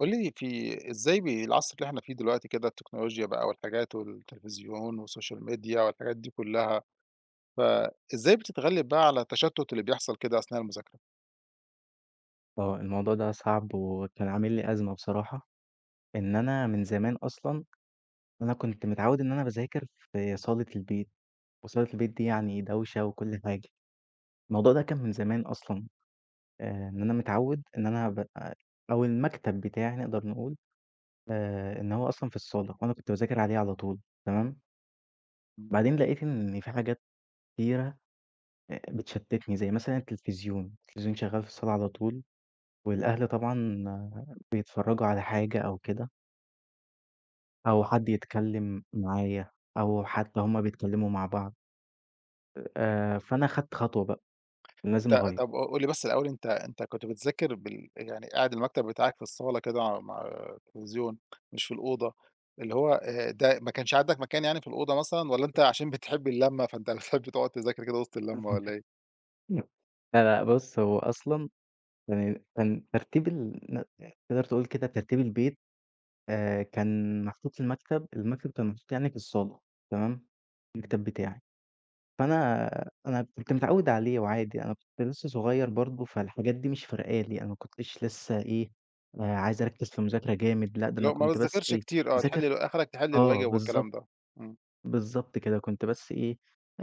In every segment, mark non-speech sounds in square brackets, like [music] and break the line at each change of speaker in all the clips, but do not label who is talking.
قولي لي، في إزاي العصر اللي إحنا فيه دلوقتي كده، التكنولوجيا بقى والحاجات والتلفزيون والسوشيال ميديا والحاجات دي كلّها، فإزاي بتتغلِّب بقى على التشتُّت اللي بيحصل كده أثناء المذاكرة؟
آه، الموضوع ده صعب وكان عامل لي أزمة بصراحة، إن أنا من زمان أصلًا أنا كنت متعوّد إن أنا باذاكر في صالة البيت، وصالة البيت دي يعني دوشة وكل حاجة، الموضوع ده كان من زمان أصلًا، إن أنا متعوّد إن أنا ب آه، أو المكتب بتاعي نقدر نقول إن هو أصلًا في الصالة، وأنا كنت باذاكر عليه على طول، تمام.
إمم.
بعدين لقيت إن في حاجات كتيرة بتشتتني، زي مثلًا التلفزيون، التلفزيون شغال في الصالة على طول، والأهل طبعًا بيتفرّجوا على حاجة أو كده. أو حد يتكلّم معايا، أو حتى هُم بيتكلّموا مع بعض، فأنا خدت خطوة بقى، لازم
أنت،
أغيّر.
طَب قُل لي بس الأول، أنت كنت بتذاكر يعني قاعد المكتب بتاعك في الصالة كده، مع التلفزيون مش في الأوضة، اللي هو ده ما كانش عندك مكان يعني في الأوضة مثلًا، والّا أنت عشان بتحب اللمّة فأنت [laughs] بتحب تقعد تذاكر كده وسط اللمّة، والّا إيه؟
[laughs] لا، لأ، بُص، هو أصلًا يعني كان ترتيب تقدر تقول كده ترتيب البيت، كان محطوط في المكتب كان محطوط يعني في الصالة، تمام،
إمم.
المكتب بتاعي. فأنا أنا كنت متعوّد عليه وعادي، أنا كنت لسّه صغير برضه، فالحاجات دي مش فارقة لي، أنا ما كنتش لسّه إيه، عايز أركّز في المذاكرة جامد، لأ ده
اللي
أنا
هو ما
كنت بس
بتذاكرش
إيه،
كتير، آه، تحِل
باذاكر،
ال آخرك تحِل
آه،
الواجب
بالضبط،
والكلام ده. إمم.
بالضبط كده، كنت بس إيه،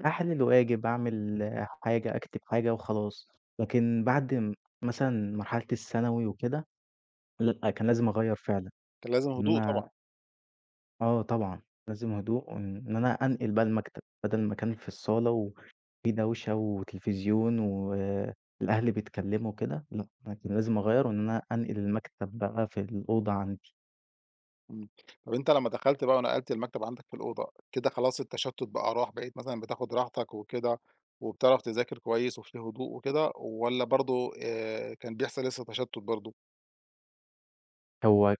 أحلِّل واجب، أعمل آه، حاجة، أكتب حاجة وخلاص، لكن بعد م مثلًا مرحلة الثانوي وكده، لأ، كان لازم أغيّر فعلًا،
كان لازم
إن
هدوء طبعًا.
أنا آه طبعًا، لازم هدوء وإن أنا أنقل بقى المكتب، بدل ما كان في الصالة وفي دوشة وتلفزيون والأهل بيتكلّموا وكده، لأ، أنا كان لازم أغيّر وإن أنا أنقل المكتب بقى في الأوضة عندي،
إمم. طب أنت لمّا دخلت بقى ونقلت المكتب عندك في الأوضة، كده خلاص التشتت بقى راح، بقيت مثلًا بتاخد راحتك وكده، وبتعرف تذاكر كويس وفي هدوء وكده، والّا برضه كان بيحصل لسه تشتت برضه؟
هو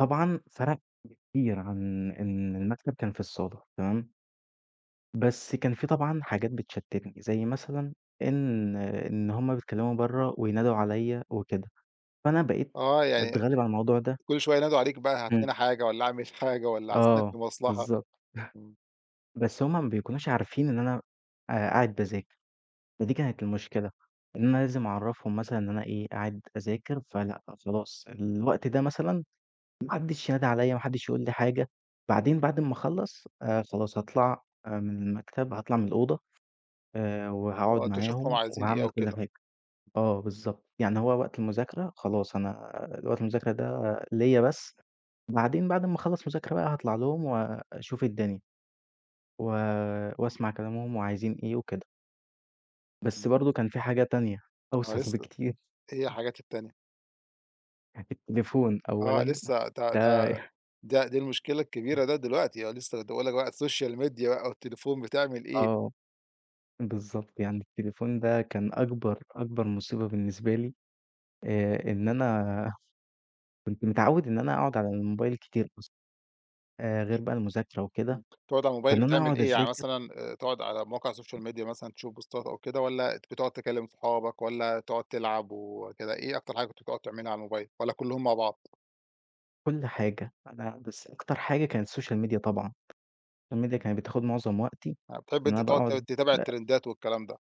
طبعًا فرق كتير عن إن المكتب كان في الصالة، تمام؟ بس كان في طبعًا حاجات بتشتّتني، زي مثلًا إن هُم بيتكلّموا برّه وينادوا عليّا وكده، فأنا بقيت
آه، يعني
أتغلّب على الموضوع ده.
كل شوية ينادوا عليك بقى، هات
إمم.
لنا حاجة والّا اعمل [laughs] حاجة، والّا عايزينك
آه،
في مصلحة.
بالضبط.
إمم.
بس هُم ما بيكونوش عارفين إن أنا قاعد باذاكر، فدي كانت المشكلة، إن أنا لازم أعرّفهم مثلًا إن أنا إيه، قاعد أذاكر، فلأ خلاص الوقت ده مثلًا ما حدّش ينادي عليّا، ما حدّش يقول لي حاجة، بعدين بعد أمّا أخلّص خلاص هاطلع من المكتب، هاطلع من الأوضة وهاقعد
آه، تشوفهم
معاهم
عايزين إيه
وهاعمل
أو
كل
كده.
حاجة. آه بالضبط، يعني هو وقت المذاكرة خلاص أنا، وقت المذاكرة ده ليّا بس، بعدين بعد ما أخلّص مذاكرة بقى هاطلع لهم وأشوف الدنيا و وأسمع كلامهم وعايزين إيه وكده، بس
إمم.
برضه كان في حاجة تانية
آه،
أوسخ
لسه
بكتير،
هي حاجات التانية.
[laughs] التليفون
آه
أولًا،
لسه، ده
ده
ده
[laughs]
ده دي المشكلة الكبيرة ده دلوقتي، آه لسه كنت باقول لك بقى، السوشيال ميديا بقى والتليفون بتعمل إيه.
آه بالضبط، يعني التليفون ده كان أكبر أكبر مصيبة بالنسبة لي، إن أنا [laughs] كنت متعوّد إن أنا أقعد على الموبايل كتير أصلًا، غير بقى المذاكرة وكده،
إمم. بتقعد على الموبايل
فإن أنا
بتعمل
أقعد
إيه؟ يعني
أذاكر
مثلًا تقعد على مواقع السوشيال ميديا مثلًا تشوف بوستات أو كده، والّا بتقعد تكلم صحابك، والّا تقعد تلعب وكده؟ إيه أكتر حاجة كنت بتقعد تعملها على الموبايل، والّا كلّهم مع بعض؟
كل حاجة، أنا بس أكتر حاجة كانت السوشيال ميديا طبعًا، السوشيال ميديا
إمم.
كانت بتاخد معظم وقتي،
آه، بتحب
إن
أنت
أنا
تقعد ت
باقعد،
تتابع
لأ،
الترندات والكلام ده.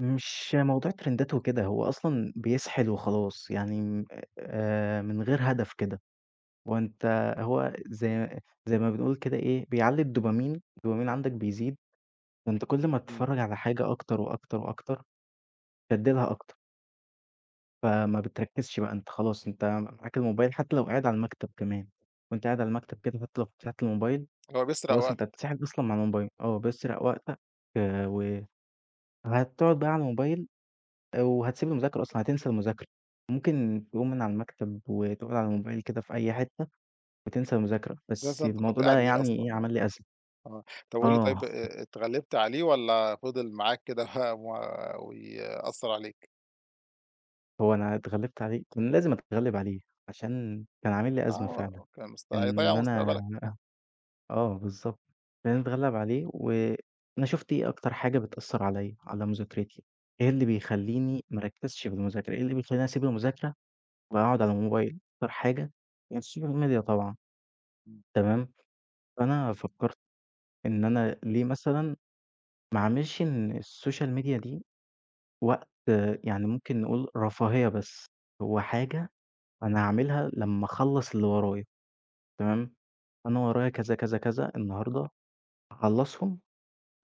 مش موضوع ترندات وكده، هو أصلًا بيسحل وخلاص، يعني م من غير هدف كده، هو
إمم.
أنت هو زي زي ما بنقول كده إيه، بيعلّي الدوبامين، الدوبامين عندك بيزيد، فأنت كل ما
إمم.
تتفرّج على حاجة أكتر وأكتر وأكتر، تدّي لها أكتر، فما بتركّزش بقى أنت خلاص، أنت معاك الموبايل حتى لو قاعد على المكتب كمان، وأنت قاعد على المكتب كده حتى لو فتحت الموبايل
هو بيسرق
خلاص أنت
وقتك.
هتتسحل أصلًا مع الموبايل، آه، بيسرق وقتك، آه، وهتقعد بقى على الموبايل وهتسيب المذاكرة أصلًا، هتنسى المذاكرة. ممكن تقوم من على المكتب وتقعد على الموبايل كده في أي حتة وتنسى المذاكرة،
[laughs]
بس
أساسًا أنت كنت
الموضوع ده
قاعد ليه
يعني
أصلًا،
إيه،
آه.
عمل لي أزمة.
آه، طب قُل لي طيب،
آه، [laughs]
اتغلبت عليه والّا فضل معاك كده و ويأثّر عليك؟
هو أنا اتغلبت عليه، كان لازم أتغلب عليه عشان كان عامل لي أزمة فعلًا،
آه، كان
إن
هيضيّع
أنا
مستقبلك.
آه بالضبط، بنتغلّب عليه وأنا شُفت إيه أكتر حاجة بتأثّر عليّا، على مذاكرتي، إيه اللي بيخلّيني ما أركّزش في المذاكرة، إيه اللي بيخلّيني أسيب المذاكرة وأقعد على الموبايل، أكتر حاجة يعني السوشيال ميديا طبعًا، تمام، فأنا فكّرت إن أنا ليه مثلًا ما أعملش إن السوشيال ميديا دي وقت آه، يعني ممكن نقول رفاهية بس، هو حاجة أنا هاعملها لمّا أخلّص اللي ورايا، تمام، أنا ورايا كذا، كذا، كذا النهارده هاخلّصهم،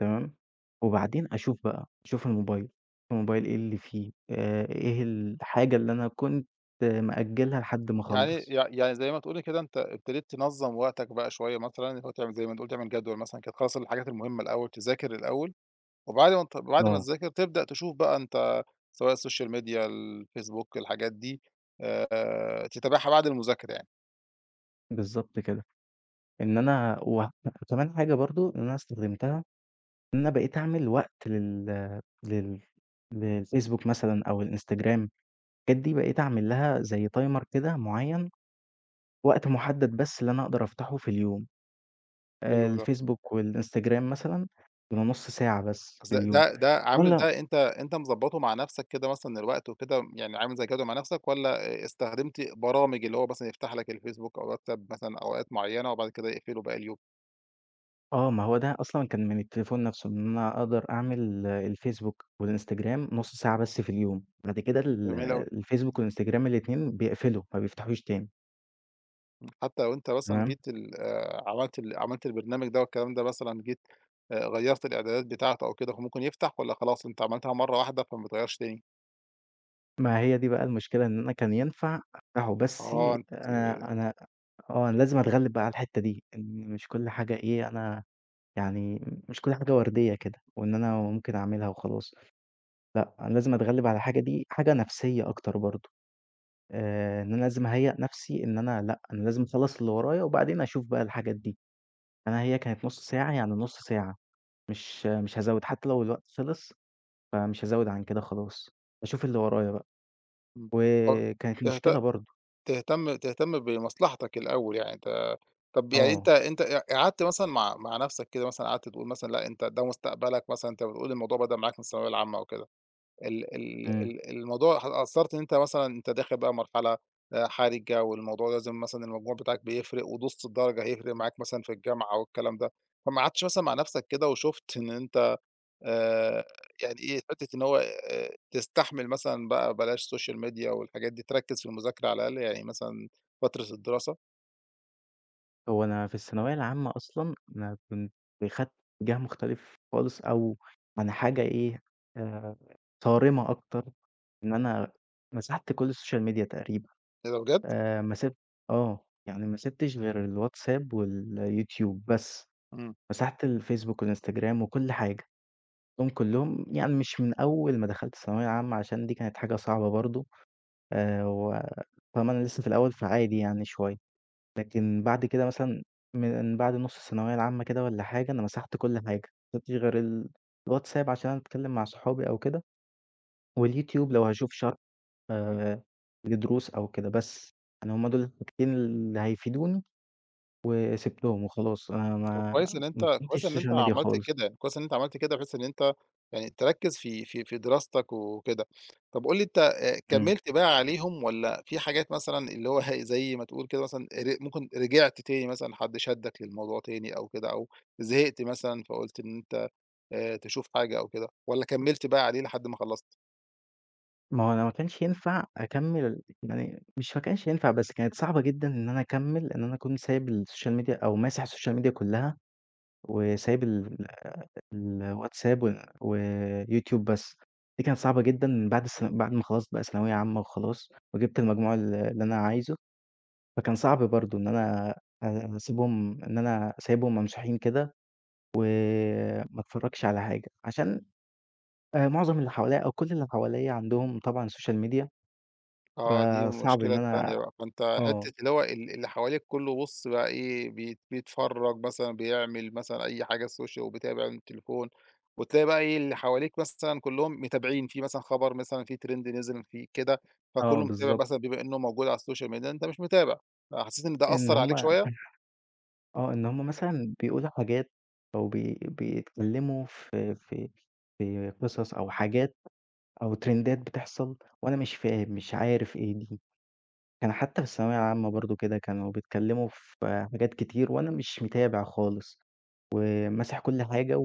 تمام، وبعدين أشوف بقى، أشوف الموبايل، الموبايل إيه اللي فيه، إيه الحاجة اللي أنا كنت مأجّلها لحد ما
يعني
أخلّص.
يع يعني زي ما تقولي كده، أنت ابتديت تنظّم وقتك بقى شوية مثلًا، اللي هو تعمل زي ما بنقول، تعمل جدول مثلًا كده، تخلّص الحاجات المهمة الأول، تذاكر الأول، وبعد ما ت بعد ما
آه،
تذاكر تبدأ تشوف بقى، أنت سواء السوشيال ميديا، الفيسبوك، الحاجات دي تتابعها بعد المذاكرة يعني.
بالضبط كده، إن أنا و وكمان حاجة برضه إن أنا استخدمتها، إن أنا بقيت أعمل وقت لل لل للفيسبوك مثلًا أو الإنستجرام، الحاجات دي بقيت أعمل لها زي timer كده معيّن، وقت محدد بس اللي أنا أقدر أفتحه في اليوم،
حلو ده.
الفيسبوك والإنستجرام مثلًا بيبقى نُص ساعة بس في
أصل ده
اليوم.
ده ده عامل ده، أنت مضبّطه مع نفسك كده مثلًا الوقت وكده، يعني عامل زي جدول مع نفسك، والّا استخدمت برامج اللي هو مثلًا يفتح لك الفيسبوك أو الواتساب مثلًا أوقات معيّنة وبعد كده يقفله باقي اليوم؟
آه، ما هو ده أصلًا كان من التليفون نَفْسه، إن أنا أقدر أعمل آه، الفيسبوك والإنستجرام نُص ساعة بس في اليوم، بعد كده
جميل أوي.
الفيسبوك والإنستجرام الاتنين بيقفلوا، ما بيفتحوش تاني،
حتى لو أنت مثلًا
تمام،
جيت ال عملت البرنامج ده والكلام ده، مثلًا جيت غيّرت الإعدادات بتاعته أو كده، هو ممكن يفتح، والّا خلاص أنت عملتها مرّة واحدة فما بتغيّرش تاني؟
ما هي دي بقى المشكلة إن أنا كان ينفع أفتحه بس،
آه، أنت.
أنا آه، أنا لازم أتغلِّب بقى على الحتّة دي، إن مش كل حاجة إيه، أنا يعني مش كل حاجة وردية كده وإن أنا ممكن أعملها وخلاص، لأ، أنا لازم أتغلِّب على الحاجة دي، حاجة نَفْسيّة أكتر برضه. إن أنا لازم أهيّأ نَفْسي إن أنا لأ، أنا لازم أخلّص اللي ورايا وبعدين أشوف بقى الحاجات دي، أنا هي كانت نُص ساعة، يعني نُص ساعة، مش هازوّد حتى لو الوقت خلص، فمش هازوّد عن كده خلاص، باشوف اللي ورايا بقى،
إمم. آه،
وكانت
تهت
مشكلة برضه
تهتم بمصلحتك الأول يعني أنت. طَب يعني أنت
آه،
أنت قعدت مثلًا مع نَفْسك كده، مثلًا قعدت تقول مثلًا لأ أنت ده مستقبلك مثلًا، أنت بتقول الموضوع بدأ معاك من الثانوية العامة أو كده. ال ال
إمم،
ال الموضوع قصّرت إن أنت مثلًا، أنت داخل بقى مرحلة حرجة، والموضوع لازم مثلًا، المجموع بتاعك بيفرق، ودُست الدرجة هيفرق معاك مثلًا في الجامعة والكلام ده، فما قعدتش مثلًا مع نفسك كده وشُفت إن أنت آآ يعني إيه، حتّة إن هو تستحمل مثلًا بقى بلاش social media والحاجات دي، تركّز في المذاكرة على الأقل يعني مثلًا فترة الدراسة؟
هو أنا في الثانوية العامة أصلًا أنا كنت خدت اتجاه مختلف خالص أو عن حاجة إيه، آآ، صارمة أكتر، إن أنا مسحت كل السوشيال ميديا تقريبًا.
إيه ده بجد؟
ما سِبت آه، يعني ما سِبتش غير الواتساب واليوتيوب بس،
إمم.
مسحت الفيسبوك والإنستجرام وكل حاجة، مسحتهم كلّهم، يعني مش من أول ما دخلت ثانوية عامة عشان دي كانت حاجة صعبة برضه، و فاهمة أنا لسه في الأول فعادي يعني شوية، لكن بعد كده مثلًا من بعد نُص الثانوية العامة كده والّا حاجة، أنا مسحت كل حاجة، ما سِبتش غير الواتساب عشان أتكلم مع صحابي أو كده، واليوتيوب لو هاشوف شرح آآ لدروس أو كده بس، يعني هُم دول الحاجتين اللي هيفيدوني وسِبتهم وخلاص، أنا ما
وكويس إن
ما
أنت كويس إن
كنتش
أنت
social media
عملت
خالص.
كده، يعني كويس إن أنت عملت كده بحيث إن أنت يعني تركّز في دراستك وكده. طب قُل لي أنت،
إمم.
كمّلت بقى عليهم، والّا في حاجات مثلًا اللي هو زي ما تقول كده مثلًا، ممكن رجعت تاني مثلًا، حد شدّك للموضوع تاني أو كده، أو زهقت مثلًا فقُلت إن أنت تشوف حاجة أو كده، والّا كمّلت بقى عليه لحد ما خلّصت؟
ما هو أنا ما كانش ينفع أكمّل يعني مش ما كانش ينفع، بس كانت صعبة جدًا إن أنا أكمّل إن أنا أكون سايب الsocial media أو ماسح الsocial media كلّها وسايب الWhatsApp وYouTube بس. دي كانت صعبة جدًا بعد ما خلاص بقى ثانوية عامة وخلاص وجِبت المجموع اللي أنا عايزه، فكان صعب برضه إن أنا أسيبهم، إن أنا سايبهم ممسوحين كده وما اتفرّجش على حاجة، عشان معظم اللي حواليّا أو كل اللي حواليّا عندهم طبعًا social media،
آه، دي
فصعب
المشكلة
إن أنا
التانية بقى، فأنت
آه،
حتّة اللي هو اللي حواليك كلّه بُص بقى إيه، بيتفرّج مثلًا، بيعمل مثلًا أي حاجة الsocial وبيتابع التليفون، وتلاقي بقى إيه، اللي حواليك مثلًا كلّهم متابعين، في مثلًا خبر مثلًا، في trend نزل، في كده،
آه
فكلّه متابع
بالضبط.
مثلًا بما إنه موجود على الsocial media، أنت مش متابع، فحسّيت إن ده
إن
أثّر
هم
عليك شوية؟
[laughs] آه، إن هم مثلًا بيقولوا حاجات أو بي بيتكلّموا في قصص أو حاجات أو ترندات بتحصل وأنا مش فاهم، مش عارف إيه دي. كان حتّى في الثانوية العامة برضه كده، كانوا بيتكلّموا في حاجات كتير وأنا مش متابع خالص وماسح كل حاجة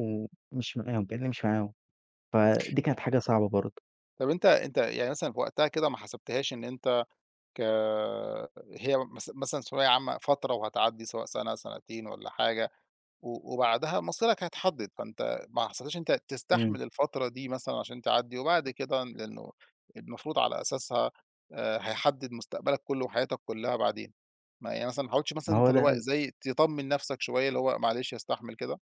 ومش معاهم، كإنّي مش معاهم. فدي كانت حاجة صعبة برضه.
طَب أنت يعني مثلًا في وقتها كده ما حسبتهاش إن أنت ك هي مثلًا ثانوية عامة فترة وهتعدّي، سواء سَنة، سَنتين والّا حاجة، وبعدها مصيرك هيتحدد، فأنت ما حصلكش أنت
إمم،
تستحمل الفترة دي مثلًا عشان تعدّي، وبعد كده لأنه المفروض على أساسها هيحدد مستقبلك كلّه وحياتك كلّها بعدين. ما يعني مثلًا ما حاولتش
ما
مثلًا أنت
هو
اللي هو
ده
زي تطمّن نفسك شوية، اللي هو معلش استحمل كده.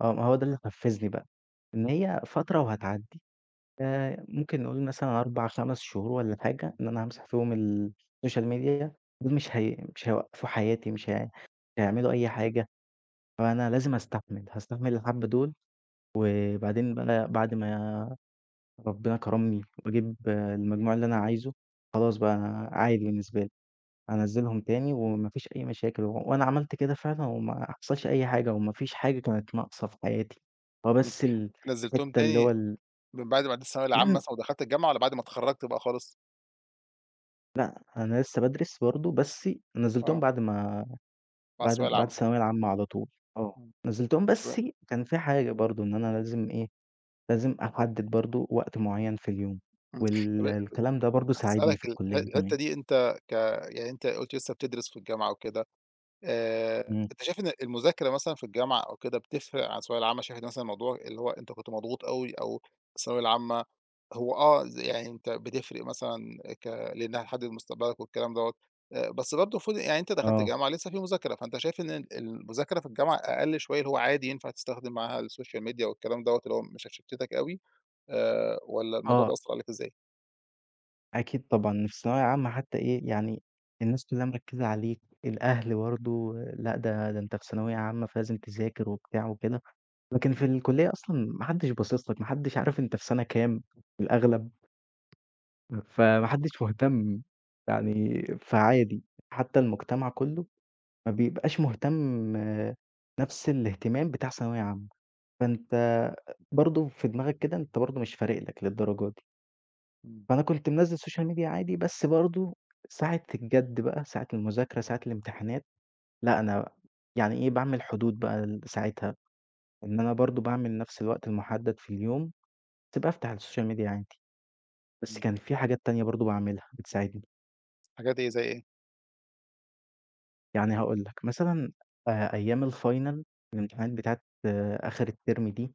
آه، ما هو ده اللي حفزني بقى، إن هي فترة وهتعدّي، ممكن نقول مثلًا 4، 5 شهور والّا حاجة إن أنا هامسح فيهم السوشيال ميديا، دول مش هي مش هيوقّفوا حياتي، مش هي هيعملوا أي حاجة، فأنا لازم أستحمل، هاستحمل الحبّة دول، وبعدين بقى بعد ما ربنا كرمني وأجيب آه، المجموع اللي أنا عايزه، خلاص بقى أنا عادي بالنسبة لي. هانزّلهم تاني وما فيش أي مشاكل، وأنا عملت كده فعلًا وما حصلش أي حاجة وما فيش حاجة كانت ناقصة في حياتي، هو
إمم.
بس
نزّلتهم
الحتّة اللي هو
تاني من بعد ما عدّيت الثانوية العامة
يعني
مثلًا ودخلت الجامعة، والّا بعد ما اتخرجت بقى خالص؟
أنا لسّه بادرس برضه، بس نزّلتهم
آه،
بعد ما
مع
بعد
الثانوية
بعد
العامة.
الثانوية العامة على طول، آه،
إمم.
نزّلتهم
تمام.
بس كان في حاجة برضه إن أنا لازم إيه، لازم أحدد برضه وقت معيّن في اليوم،
إمم. طب
الكلام ده برضه ساعدني في
أسألك
الكلية
الحتّة
كمان،
دي، أنت يعني أنت قُلت لسه بتدرس في الجامعة وكده،
إمم،
أنت شايف إن المذاكرة مثلًا في الجامعة أو كده بتفرق عن الثانوية العامة؟ شايف إن مثلًا الموضوع اللي هو أنت كنت مضغوط أوي، أو الثانوية العامة هو آه، يعني أنت بتفرق مثلًا لإنها هتحدد مستقبلك والكلام دوّة، بس برضه المفروض يعني أنت دخلت
آه،
جامعة لسه في مذاكرة، فأنت شايف إن المذاكرة في الجامعة أقل شوية، اللي هو عادي ينفع تستخدم معاها السوشيال ميديا والكلام دوّة، اللي هو مش هتشتتك أوي والّا الموضوع
آه.
بيأثر عليك إزاي؟
أكيد طبعًا، في ثانوية عامة حتى إيه، يعني الناس كلّها مركّزة عليك، الأهل برضه لأ ده ده أنت في ثانوية عامة فلازم تذاكر وبتاع وكده، لكن في
إمم.
الكلية أصلًا ما حدّش باصص لك، ما حدّش عارف أنت في سَنة كام في الأغلب، فما حدّش مهتم يعني فعادي، حتى المجتمع كلّه ما بيبقاش مهتم آه، نفس الاهتمام بتاع ثانوية عامة، فأنت برضه في دماغك كده أنت برضه مش فارق لك للدرجة دي.
إمم.
فأنا كنت منزّل السوشيال ميديا عادي، بس برضه ساعة الجَد بقى، ساعة المذاكرة، ساعة الامتحانات، لأ أنا يعني إيه، باعمل حدود بقى ل ساعتها، إن أنا برضه باعمل نفس الوقت المُحدد في اليوم، بس بافتح السوشيال ميديا عادي. بس
إمم.
كان في حاجات تانية برضه باعملها بتساعدني،
حاجات إيه، زي إيه؟
يعني هاقول لك مثلًا أيام الفاينل، الامتحانات بتاعة آخر الترم دي،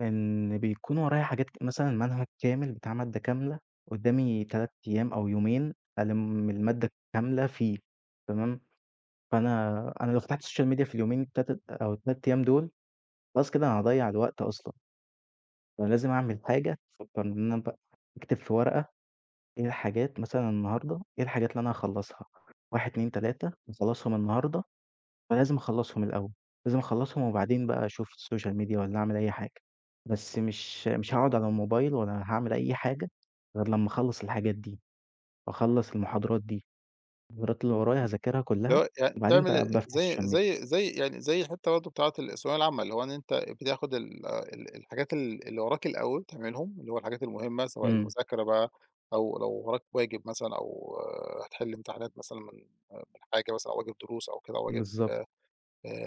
كان بيكون ورايا حاجات ك مثلًا منهج كامل بتاع مادة كاملة، قُدّامي 3 أيام أو يومين ألِم المادة كاملة فيه، تمام؟ فأنا أنا لو فتحت السوشيال ميديا في اليومين التلات أو ال3 أيام دول، خلاص كده أنا هاضيّع الوقت أصلًا، فأنا لازم أعمل حاجة أفكّر إن أنا بقى أكتب في ورقة إيه الحاجات مثلًا النهارده، إيه الحاجات اللي أنا هاخلّصها، 1، 2، 3 هاخلّصهم النهارده، فلازم أخلّصهم الأول، لازم أخلّصهم وبعدين بقى أشوف السوشيال ميديا والّا أعمل أي حاجة، بس مش هاقعد على الموبايل ولا هاعمل أي حاجة غير لمّا أخلّص الحاجات دي، وأخلّص المحاضرات دي، المحاضرات اللي ورايا هاذاكرها كلّها،
اللي هو يعني
وبعدين بقى
بتعمل
بافتح
زي
السوشيال ميديا.
زي زي يعني زي الحتّة برضه بتاعة الثانوية العامة، اللي هو إن أنت بتاخد ال ال الحاجات ال اللي وراك الأول تعملهم، اللي هو الحاجات المهمة سواء
إمم،
المذاكرة بقى، أو لو وراك واجب مثلًا أو هتحل امتحانات مثلًا من حاجة مثلًا، أو واجب دروس أو كده، أو واجب
بالضبط.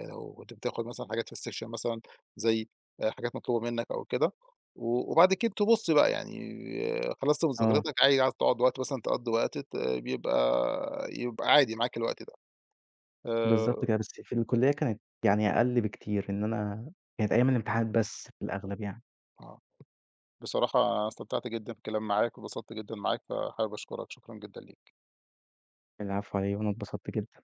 لو كنت بتاخد مثلًا حاجات في السكشن مثلًا، زي حاجات مطلوبة منّك أو كده، وبعد كده تبُص بقى يعني، آه، خلصت
آه،
مذاكرتك، عايز تقعد وقت مثلًا تقضّي وقت ت بيبقى يبقى عادي معاك الوقت ده.
بالضبط
آآ
كده، بس في الكلية كانت يعني أقل بكتير، إن أنا كانت أيام الامتحانات بس في الأغلب يعني،
آه، بصراحة أنا استمتعت جدًا بالكلام معاك، واتبسطت جدًا معاك، فحابب أشكرك، شكرًا جدًا ليك.
العفو على إيه وأنا اتبسطت جدًا.